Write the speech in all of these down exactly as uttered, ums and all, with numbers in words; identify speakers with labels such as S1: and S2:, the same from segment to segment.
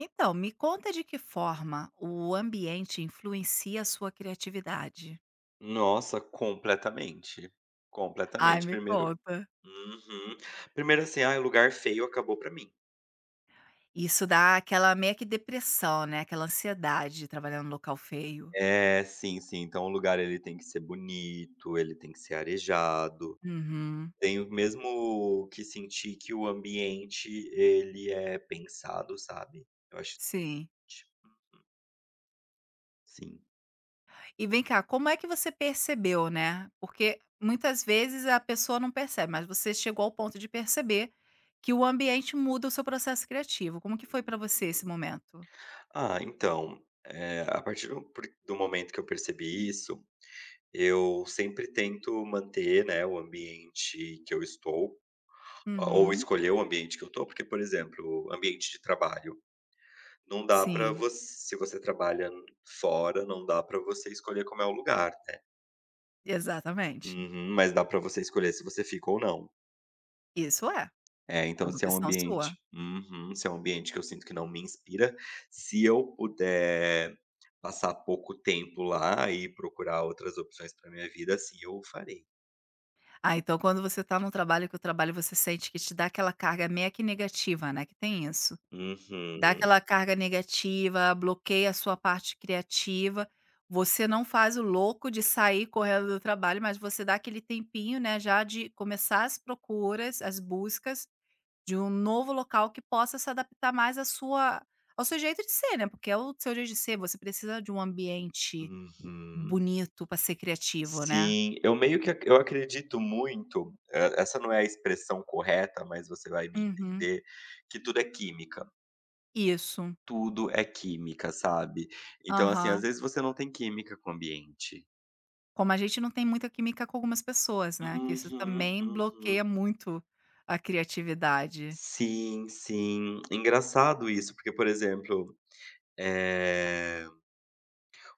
S1: Então, me conta de que forma o ambiente influencia a sua criatividade.
S2: Nossa, completamente.
S1: Ai,
S2: Completamente.
S1: me
S2: Primeiro,
S1: conta.
S2: uhum. Primeiro, assim, ah, lugar feio acabou pra mim.
S1: Isso dá aquela meio que depressão, né, aquela ansiedade de trabalhar num local feio.
S2: É, sim, sim. Então o lugar, ele tem que ser bonito, ele tem que ser arejado.
S1: Uhum,
S2: Tenho mesmo que sentir que o ambiente, ele é pensado, sabe. Eu acho
S1: sim.
S2: importante. Sim.
S1: E vem cá, como é que você percebeu, né, porque muitas vezes a pessoa não percebe, mas você chegou ao ponto de perceber que o ambiente muda o seu processo criativo. Como que foi pra você esse
S2: Uhum.
S1: momento?
S2: Ah, então, eh, a partir do por do momento que eu percebi isso, eu sempre tento manter, né, o ambiente que eu estou,
S1: Uhum,
S2: ou
S1: sim.
S2: escolher o ambiente que eu tô, porque, por exemplo, ambiente de trabalho, não dá pra
S1: Sim,
S2: você se você trabalha fora, não dá pra você escolher como é o lugar, né.
S1: exatamente.
S2: Uhum, mas dá pra você escolher se você fica ou não.
S1: Isso é,
S2: É,
S1: é
S2: então,
S1: uma
S2: se é um
S1: opção sua.
S2: ambiente uhum, se é um ambiente que eu sinto que não me inspira, se eu puder passar pouco tempo lá e procurar outras opções pra minha vida, assim eu farei.
S1: Ah, então quando você tá num trabalho que o trabalho você sente que te dá aquela carga meio que negativa, né, que tem isso. Dá
S2: Uhum,
S1: aquela carga negativa, bloqueia a sua parte criativa, você não faz o louco de sair correndo do trabalho, mas você dá aquele tempinho, né, já de começar as procuras, as buscas de um novo local que possa se adaptar mais à sua ao seu jeito de ser, né, porque é o seu jeito de ser, você precisa de um ambiente
S2: uhum.
S1: bonito para ser criativo, né.
S2: Sim, eu meio que ac eu acredito muito, eh, essa não é a expressão correta, mas você vai me
S1: Uhum.
S2: entender, que tudo é química,
S1: Isso.
S2: tudo é química, sabe. Então, assim,
S1: Aham.
S2: às vezes você não tem química com o ambiente.
S1: Como a gente não tem muita química com algumas pessoas, né, que isso
S2: Uhum,
S1: também bloqueia
S2: uhum.
S1: muito a criatividade.
S2: Sim, sim. Engraçado isso, porque, por exemplo, eh,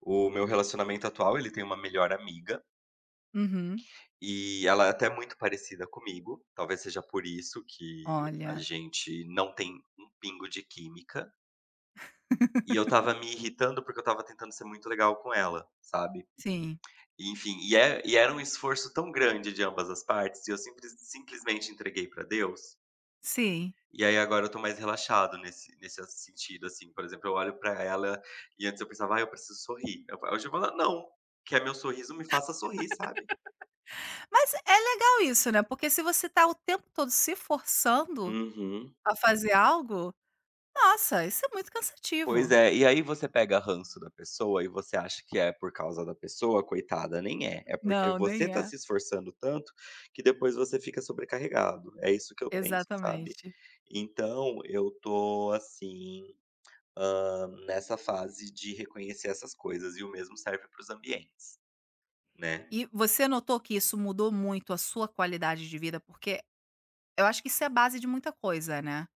S2: o meu relacionamento atual, ele tem uma melhor amiga.
S1: Uhum.
S2: E ela é até muito parecida comigo, talvez seja por isso que a
S1: Olha.
S2: gente não tem um pingo de química. E eu estava me irritando, porque eu estava tentando ser muito legal com ela, sabe.
S1: Sim,
S2: E enfim, e é e era um esforço tão grande de ambas as partes, e eu simples simplesmente entreguei pra Deus.
S1: sim.
S2: E aí agora eu tô mais relaxado nesse nesse sentido, assim, por exemplo, eu olho pra ela e antes eu pensava: "Ai, eu preciso sorrir". Eu hoje eu falo: "Ah, não, que é meu sorriso me faça sorrir", sabe.
S1: Mas é legal isso, né, porque se você tá o tempo todo se forçando
S2: Uhum.
S1: a fazer algo, nossa, isso é muito
S2: Pois
S1: cansativo.
S2: é, e aí você pega ranço da pessoa e você acha que é por causa da pessoa, coitada, nem é, é porque
S1: Não,
S2: você
S1: nem
S2: tá
S1: é.
S2: se esforçando tanto, que depois você fica sobrecarregado, é isso que eu penso, sabe.
S1: Exatamente.
S2: Então eu tô assim, hã, nessa fase de reconhecer essas coisas e o mesmo serve para os ambientes, né.
S1: E você notou que isso mudou muito a sua qualidade de vida? Porque eu acho que isso é a base de muita coisa, né.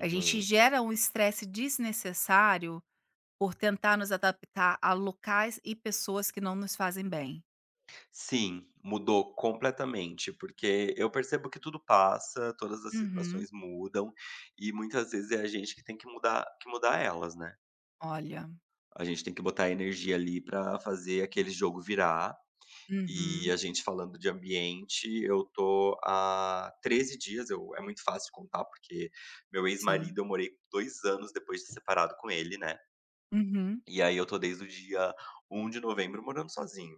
S1: A gente gera um estresse desnecessário por tentar nos adaptar a locais e pessoas que não nos fazem bem.
S2: Sim, mudou completamente, porque eu percebo que tudo passa, todas as
S1: Uhum.
S2: situações mudam e muitas vezes é a gente que tem que mudar, que mudar elas, né?
S1: Olha.
S2: A gente tem que botar energia ali pra fazer aquele jogo virar. E
S1: Uhum.
S2: a gente falando de ambiente, eu tô há treze dias, eu, é muito fácil contar, porque meu
S1: Sim.
S2: ex-marido, eu morei dois anos depois de separado com ele, né?
S1: Uhum.
S2: E aí eu tô desde o dia um de novembro morando sozinho.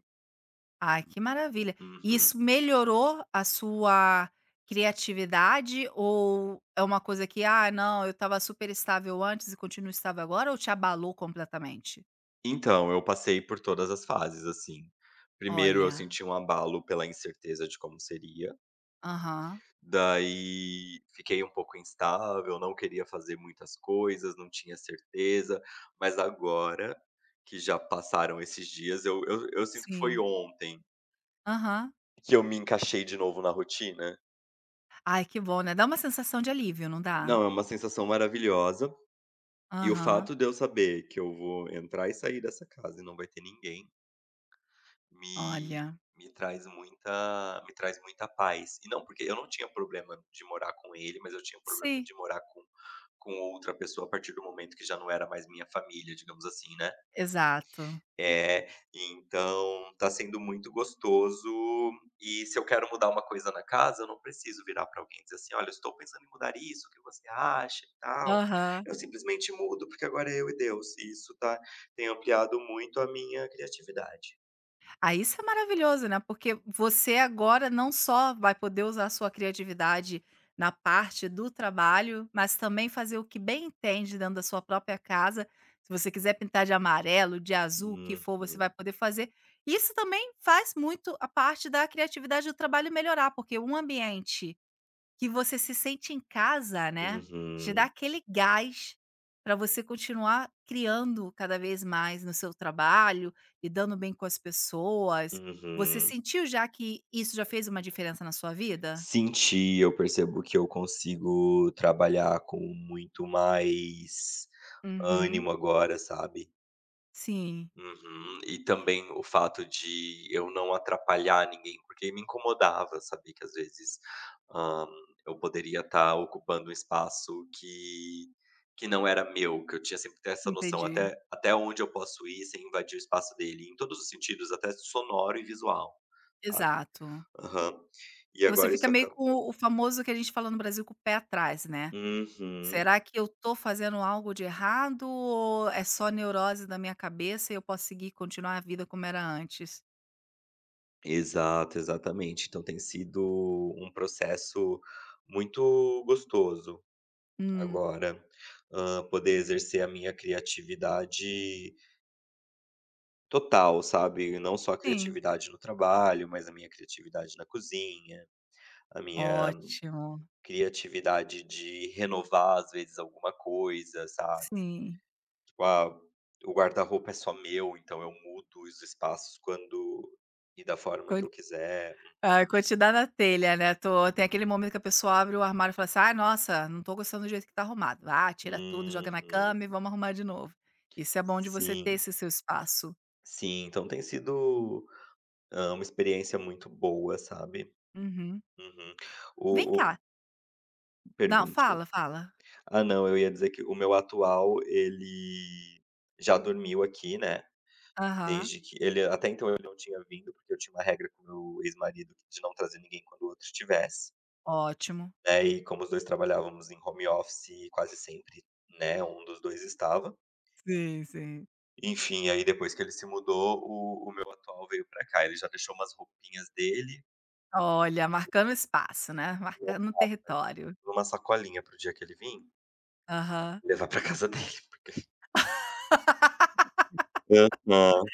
S1: Ai, que maravilha. E
S2: Uhum.
S1: isso melhorou a sua criatividade ou é uma coisa que: "Ah, não, eu estava super estável antes e continuo estável agora", ou te abalou completamente?
S2: Então, eu passei por todas as fases, assim. Primeiro eu
S1: Olha.
S2: senti um abalo pela incerteza de como seria,
S1: Aham.
S2: daí fiquei um pouco instável, não queria fazer muitas coisas, não tinha certeza, mas agora que já passaram esses dias, eu eu eu sinto que foi
S1: Sim.
S2: ontem
S1: Aham.
S2: que eu me encaixei de novo na rotina.
S1: Ai, que bom, né. Dá uma sensação de alívio, não dá?
S2: Não, é uma sensação maravilhosa, e o
S1: Aham.
S2: fato de eu saber que eu vou entrar e sair dessa casa e não vai ter ninguém, Me
S1: Olha.
S2: me traz muita me traz muita paz. E não porque eu não tinha problema de morar com ele, mas eu tinha problema
S1: Sim.
S2: de morar com com outra pessoa a partir do momento que já não era mais minha família, digamos assim, né.
S1: Exato.
S2: é então tá sendo muito gostoso, e se eu quero mudar uma coisa na casa, eu não preciso virar pra alguém e dizer assim: "Olha, eu estou pensando em mudar isso, o que você acha e tal".
S1: Aham.
S2: Eu simplesmente mudo, porque agora é eu e Deus, e isso tá tem ampliado muito a minha criatividade.
S1: Ah, isso é maravilhoso, né, porque você agora não só vai poder usar a sua criatividade na parte do trabalho, mas também fazer o que bem entende dentro da sua própria casa. Se você quiser pintar de amarelo, de azul, o que for, você vai
S2: Uhum.
S1: poder fazer. Isso também faz muito a parte da criatividade do trabalho melhorar, porque um ambiente que você se sente em casa, né, te dá
S2: Uhum,
S1: aquele gás para você continuar criando cada vez mais no seu trabalho, lidando bem com as pessoas. Você
S2: uhum.
S1: sentiu já que isso já fez uma diferença na sua vida?
S2: Senti, eu percebo que eu consigo trabalhar com muito mais
S1: Uhum.
S2: ânimo agora, sabe.
S1: Sim,
S2: Uhum. E também o fato de eu não atrapalhar ninguém, porque me incomodava, sabia que às vezes, hã, eu poderia estar ocupando um espaço que que não era meu, que eu tinha sempre que ter essa noção
S1: entendi.
S2: até até onde eu posso ir sem invadir o espaço dele, em todos os sentidos, até sonoro e visual, tá?
S1: Exato.
S2: Aham. E
S1: Que você
S2: agora
S1: fica
S2: isso
S1: meio com
S2: acabou.
S1: o o famoso que a gente fala no Brasil, com o pé atrás, né.
S2: Uhum.
S1: "Será que eu tô fazendo algo de errado ou é só neurose da minha cabeça e eu posso seguir e continuar a vida como era antes?"
S2: Exato, exatamente. Então tem sido um processo muito gostoso
S1: Hum,
S2: agora, hã, poder exercer a minha criatividade total, sabe? Não só a
S1: sim.
S2: criatividade no trabalho, mas a minha criatividade na cozinha, a minha
S1: Ótimo.
S2: criatividade de renovar, às vezes, alguma coisa, sabe?
S1: Sim.
S2: Tipo, ah, o guarda-roupa é só meu, então eu mudo os espaços quando e da forma
S1: Quan
S2: que eu quiser.
S1: Ah, quantidade na telha, né, tô tem aquele momento que a pessoa abre o armário e fala assim: "Ai, nossa, não tô gostando do jeito que tá arrumado". Ah, tira tudo, joga na
S2: Uhum.
S1: cama e vamos arrumar de novo. Isso é bom de você ter
S2: Sim,
S1: esse seu espaço.
S2: sim. Então tem sido, hã, uma experiência muito boa, sabe.
S1: Uhum.
S2: Uhum.
S1: Vem
S2: O o
S1: cá. Não,
S2: Pergunte.
S1: fala, fala.
S2: Ah, não, eu ia dizer que o meu atual, ele já dormiu aqui, né,
S1: Aham.
S2: desde que ele, até então, ele não tinha vindo, porque eu tinha uma regra com o meu ex-marido de não trazer ninguém quando o outro estivesse.
S1: Ótimo.
S2: Né, e como os dois trabalhávamos em home office quase sempre, né, um dos dois estava.
S1: Sim, sim.
S2: Enfim, aí depois que ele se mudou, o o meu atual veio pra cá. Ele já deixou umas roupinhas dele,
S1: Olha, marcando espaço, né, marcando o território.
S2: uma sacolinha pro dia que ele vim,
S1: Aham.
S2: levar pra casa dele, porque aham.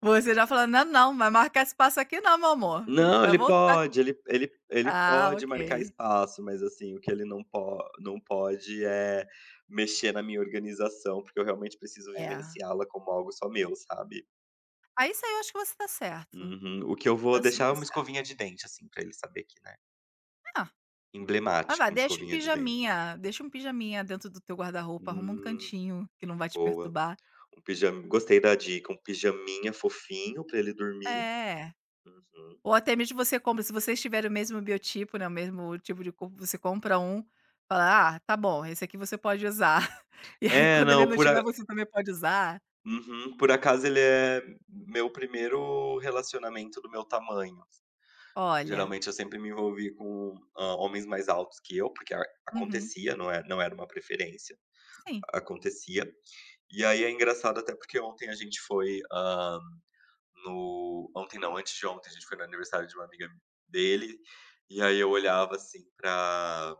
S1: Você já falando: "Não, não, vai marcar espaço aqui não, meu amor.
S2: Não,
S1: Vai
S2: ele
S1: voltar".
S2: pode, ele ele ele
S1: Ah,
S2: pode marcar
S1: ok.
S2: espaço, mas, assim, o que ele não po não pode é mexer na minha organização, porque eu realmente preciso
S1: É.
S2: vivenciá-la como algo só meu, sabe?
S1: Aí isso aí eu acho que você tá certo,
S2: Uhum. O que eu vou
S1: tá
S2: deixar é
S1: super
S2: uma
S1: certo.
S2: escovinha de dente, assim, pra ele saber que, né,
S1: Ah, mas
S2: emblemático
S1: vai,
S2: uma
S1: deixa um
S2: escovinha de dente.
S1: pijaminha deixa um pijaminha dentro do teu guarda-roupa, arruma um
S2: Hum,
S1: cantinho que não vai te
S2: boa.
S1: perturbar.
S2: Um pijama, gostei da dica, um pijaminha fofinho pra ele dormir.
S1: É,
S2: Uhum.
S1: ou até mesmo você compra se vocês tiverem o mesmo biotipo, né, o mesmo tipo de corpo, você compra um, fala: "Ah, tá bom, esse aqui você pode usar". E aí
S2: É,
S1: quando ele
S2: não,
S1: não
S2: por
S1: tiver,
S2: a
S1: você também pode usar.
S2: uhum. Por acaso ele é meu primeiro relacionamento do meu tamanho.
S1: Olha,
S2: Geralmente eu sempre me envolvi com, hã, homens mais altos que eu, porque a
S1: uhum,
S2: acontecia, não é não era uma preferência,
S1: sim,
S2: acontecia. E aí é engraçado até porque ontem a gente foi, no ontem não, antes de ontem a gente foi no aniversário de uma amiga dele, e aí eu olhava assim pra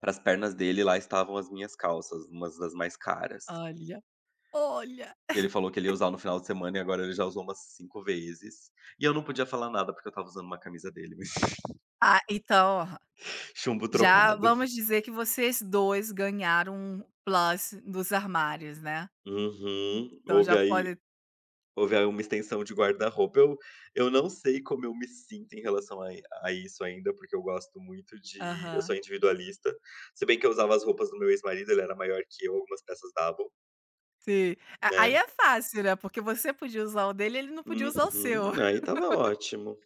S2: para as pernas dele e lá estavam as minhas calças, umas das mais caras.
S1: olha, olha.
S2: E ele falou que ele ia usar no final de semana e agora ele já usou umas cinco vezes. E eu não podia falar nada porque eu estava usando uma camisa dele, mas
S1: Ah, então
S2: chumbo
S1: já
S2: trocado.
S1: vamos dizer que vocês dois ganharam um plus dos armários, né.
S2: Uhum.
S1: Então
S2: Houve
S1: já
S2: aí
S1: pode
S2: Houver uma extensão de guarda-roupa. Eu eu não sei como eu me sinto em relação a a isso ainda, porque eu gosto muito de eu sou
S1: aham,
S2: individualista, se bem que eu usava as roupas do meu ex-marido, ele era maior que eu, algumas peças davam,
S1: sim. A aí
S2: né.
S1: é fácil, né, porque você podia usar o dele ele não podia usar o
S2: Uhum.
S1: seu.
S2: Aí tava ótimo.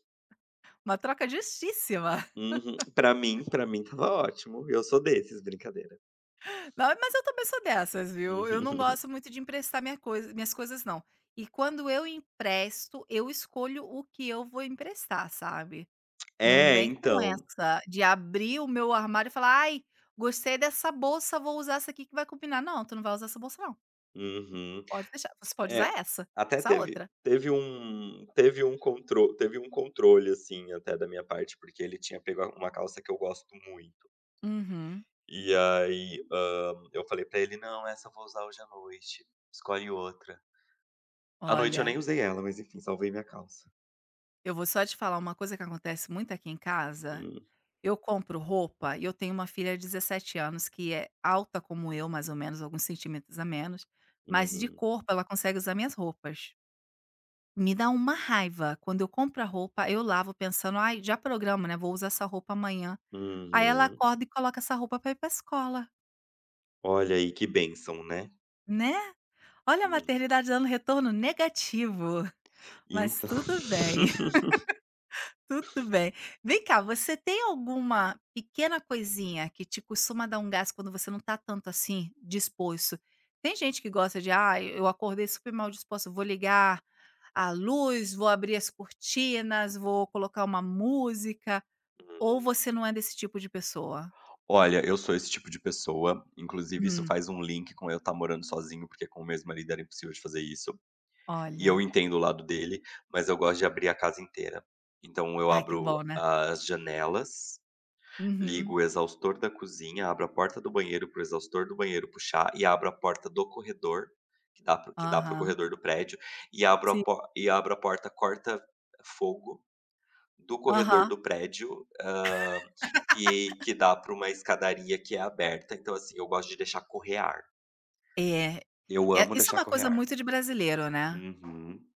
S1: Uma troca justíssima.
S2: Uhum. Pra mim pra mim tava ótimo. Eu sou desses, brincadeira.
S1: Não, mas eu também sou dessas, viu. Eu não
S2: Uhum.
S1: gosto muito de emprestar minha coisa minhas coisas não. E quando eu empresto, eu escolho o que eu vou emprestar, sabe. Não
S2: É,
S1: vem com
S2: então.
S1: essa de abrir o meu armário e falar: "Ai, gostei dessa bolsa, vou usar essa aqui que vai combinar". Não, tu não vai usar essa bolsa não,
S2: Uhum.
S1: pode deixar, você pode
S2: É,
S1: usar essa,
S2: até
S1: essa
S2: teve
S1: outra.
S2: teve um teve um controle, teve um controle, assim, até da minha parte, porque ele tinha pego a uma calça que eu gosto muito.
S1: Uhum.
S2: E aí, hã, eu falei pra ele: "Não, essa eu vou usar hoje à noite, escolhe outra". À noite eu nem
S1: Olha,
S2: usei ela, mas enfim, salvei minha calça.
S1: eu vou só te falar uma coisa que acontece muito aqui em casa,
S2: Hum,
S1: eu compro roupa e eu tenho uma filha de dezessete anos que é alta como eu, mais ou menos, alguns centímetros a menos, mas de
S2: uhum,
S1: corpo ela consegue usar minhas roupas. Me dá uma raiva, quando eu compro a roupa, eu lavo pensando: "Ai, já programo, né, vou usar essa roupa amanhã". Aí ela
S2: uhum.
S1: acorda e coloca essa roupa para ir para escola,
S2: Olha aí que bênção, né.
S1: né. Olha a
S2: Hum,
S1: maternidade dando retorno negativo, mas
S2: então
S1: tudo bem, tudo bem. Vem cá, você tem alguma pequena coisinha que te costuma dar um gás quando você não tá tanto assim disposto? Tem gente que gosta de: "Ah, eu acordei super mal disposto, vou ligar a luz, vou abrir as cortinas, vou colocar uma música", ou você não é desse tipo de pessoa?
S2: olha, eu sou esse tipo de pessoa, inclusive isso
S1: Hum,
S2: faz um link com eu estar morando sozinho, porque com o meu ex-marido era impossível de fazer isso. E eu
S1: olha.
S2: entendo o lado dele, mas eu gosto de abrir a casa inteira. Então eu
S1: Ai, que bom,
S2: abro
S1: né.
S2: as janelas, ligo
S1: Uhum.
S2: o exaustor da cozinha, abro a porta do banheiro para o exaustor do banheiro puxar e abro a porta do corredor, que dá para o que dá para o
S1: Aham.
S2: corredor do prédio, e abro a
S1: Sim.
S2: po e abro a porta corta-fogo do corredor
S1: Aham.
S2: do prédio, hã, que que dá para uma escadaria que é aberta, então assim, eu gosto de deixar correr ar.
S1: É.
S2: Eu
S1: É,
S2: amo
S1: isso é
S2: deixar
S1: uma
S2: correr
S1: coisa
S2: ar.
S1: muito de brasileiro, né.
S2: Uhum,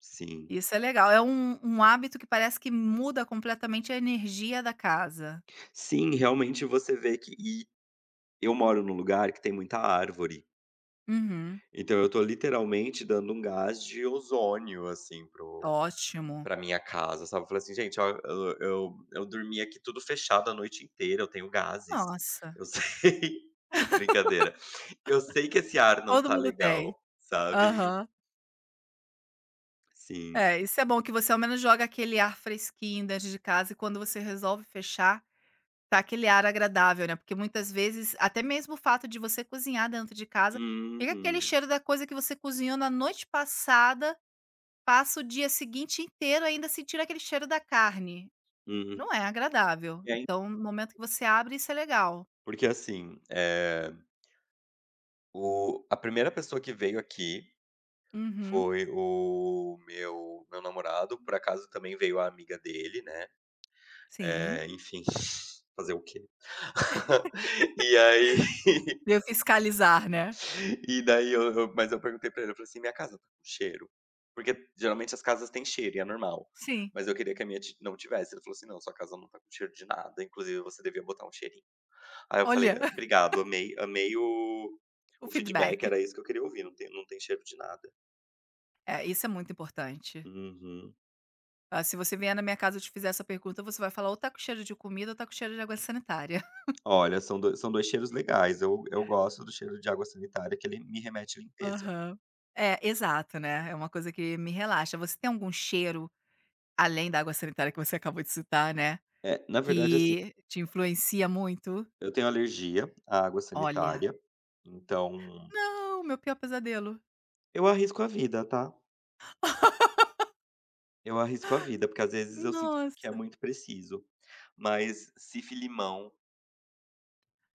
S2: sim.
S1: Isso é legal. É um um hábito que parece que muda completamente a energia da casa.
S2: Sim, realmente você vê que e eu moro num lugar que tem muita árvore,
S1: Uhum.
S2: então eu tô literalmente dando um gás de ozônio, assim, para o
S1: Ótimo.
S2: pra minha casa, sabe. Eu falei assim: "Gente, ó, eu eu eu dormi aqui tudo fechado a noite inteira, eu tenho gases.
S1: Nossa,
S2: Eu sei", brincadeira. "Eu sei que esse ar não
S1: todo
S2: tá
S1: mundo tem.
S2: legal", sabe.
S1: Aham.
S2: Sim.
S1: É, isso é bom que você ao menos joga aquele ar fresquinho dentro de casa e quando você resolve fechar, tá aquele ar agradável, né, porque muitas vezes até mesmo o fato de você cozinhar dentro de casa, fica aquele
S2: Uhum,
S1: cheiro da coisa que você cozinhou na noite passada passa o dia seguinte inteiro ainda sentindo aquele cheiro da carne.
S2: uhum.
S1: Não é agradável.
S2: E aí
S1: Então, no momento que você abre, isso é legal.
S2: porque assim, eh, o a primeira pessoa que veio aqui
S1: Uhum,
S2: foi o meu meu namorado, por acaso também veio a amiga dele, né,
S1: sim.
S2: eh, enfim, fazer o quê? E aí
S1: Veio fiscalizar, né?
S2: e daí eu eu mas eu perguntei pra ele, eu falei assim: "Minha casa tá com cheiro?". Porque geralmente as casas têm cheiro e é normal,
S1: Sim.
S2: mas eu queria que a minha ti não tivesse. Ele falou assim: "Não, sua casa não tá com cheiro de nada, inclusive você devia botar um cheirinho". Aí eu falei:
S1: Olha,
S2: "Obrigado, amei amei o
S1: o
S2: o feedback,
S1: feedback.
S2: era isso que eu queria ouvir, não tem não tem cheiro de nada".
S1: É, isso é muito importante.
S2: Uhum.
S1: Ah, se você vier na minha casa e eu te fizer essa pergunta, você vai falar: "Ou tá com cheiro de comida ou tá com cheiro de água sanitária".
S2: Olha, são do são dois cheiros legais. Eu eu gosto do cheiro de água sanitária, que ele me remete à limpeza.
S1: Aham. É, exato, né, é uma coisa que me relaxa. Você tem algum cheiro, além da água sanitária que você acabou de citar, né,
S2: É, na verdade, assim,
S1: que te influencia muito?
S2: eu tenho alergia à água
S1: Olha.
S2: sanitária, então
S1: Não, meu pior pesadelo.
S2: eu arrisco a vida, tá. Eu arrisco a vida, porque às vezes eu sinto que é
S1: Nossa.
S2: muito preciso. Mas Cif-limão,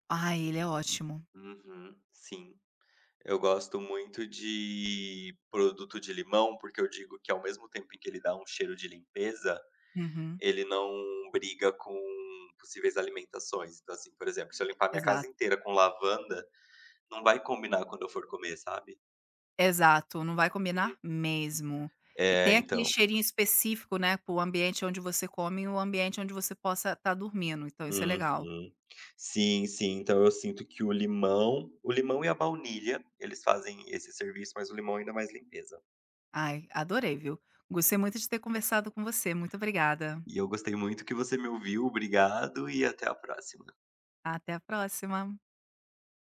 S1: Ah, ele é ótimo.
S2: uhum, sim. Eu gosto muito de produto de limão, porque eu digo que ao mesmo tempo em que ele dá um cheiro de limpeza,
S1: Uhum.
S2: ele não briga com possíveis alimentações. Então, assim, por exemplo, se eu limpar minha casa
S1: Exato,
S2: inteira com lavanda, não vai combinar quando eu for comer, sabe.
S1: exato, não vai
S2: Uhum.
S1: combinar mesmo. E
S2: É,
S1: tem aquele
S2: então.
S1: cheirinho específico, né, para o ambiente onde você come e o ambiente onde você possa estar dormindo, então isso é legal.
S2: Uhum. Sim, sim. Então eu sinto que o limão o limão e a baunilha, eles fazem esse serviço, mas o limão é ainda mais limpeza.
S1: Ai, adorei, viu. Gostei
S2: Uhum.
S1: muito de ter conversado com você, muito obrigada.
S2: E eu gostei muito que você me ouviu, obrigado e até a próxima.
S1: Até a próxima.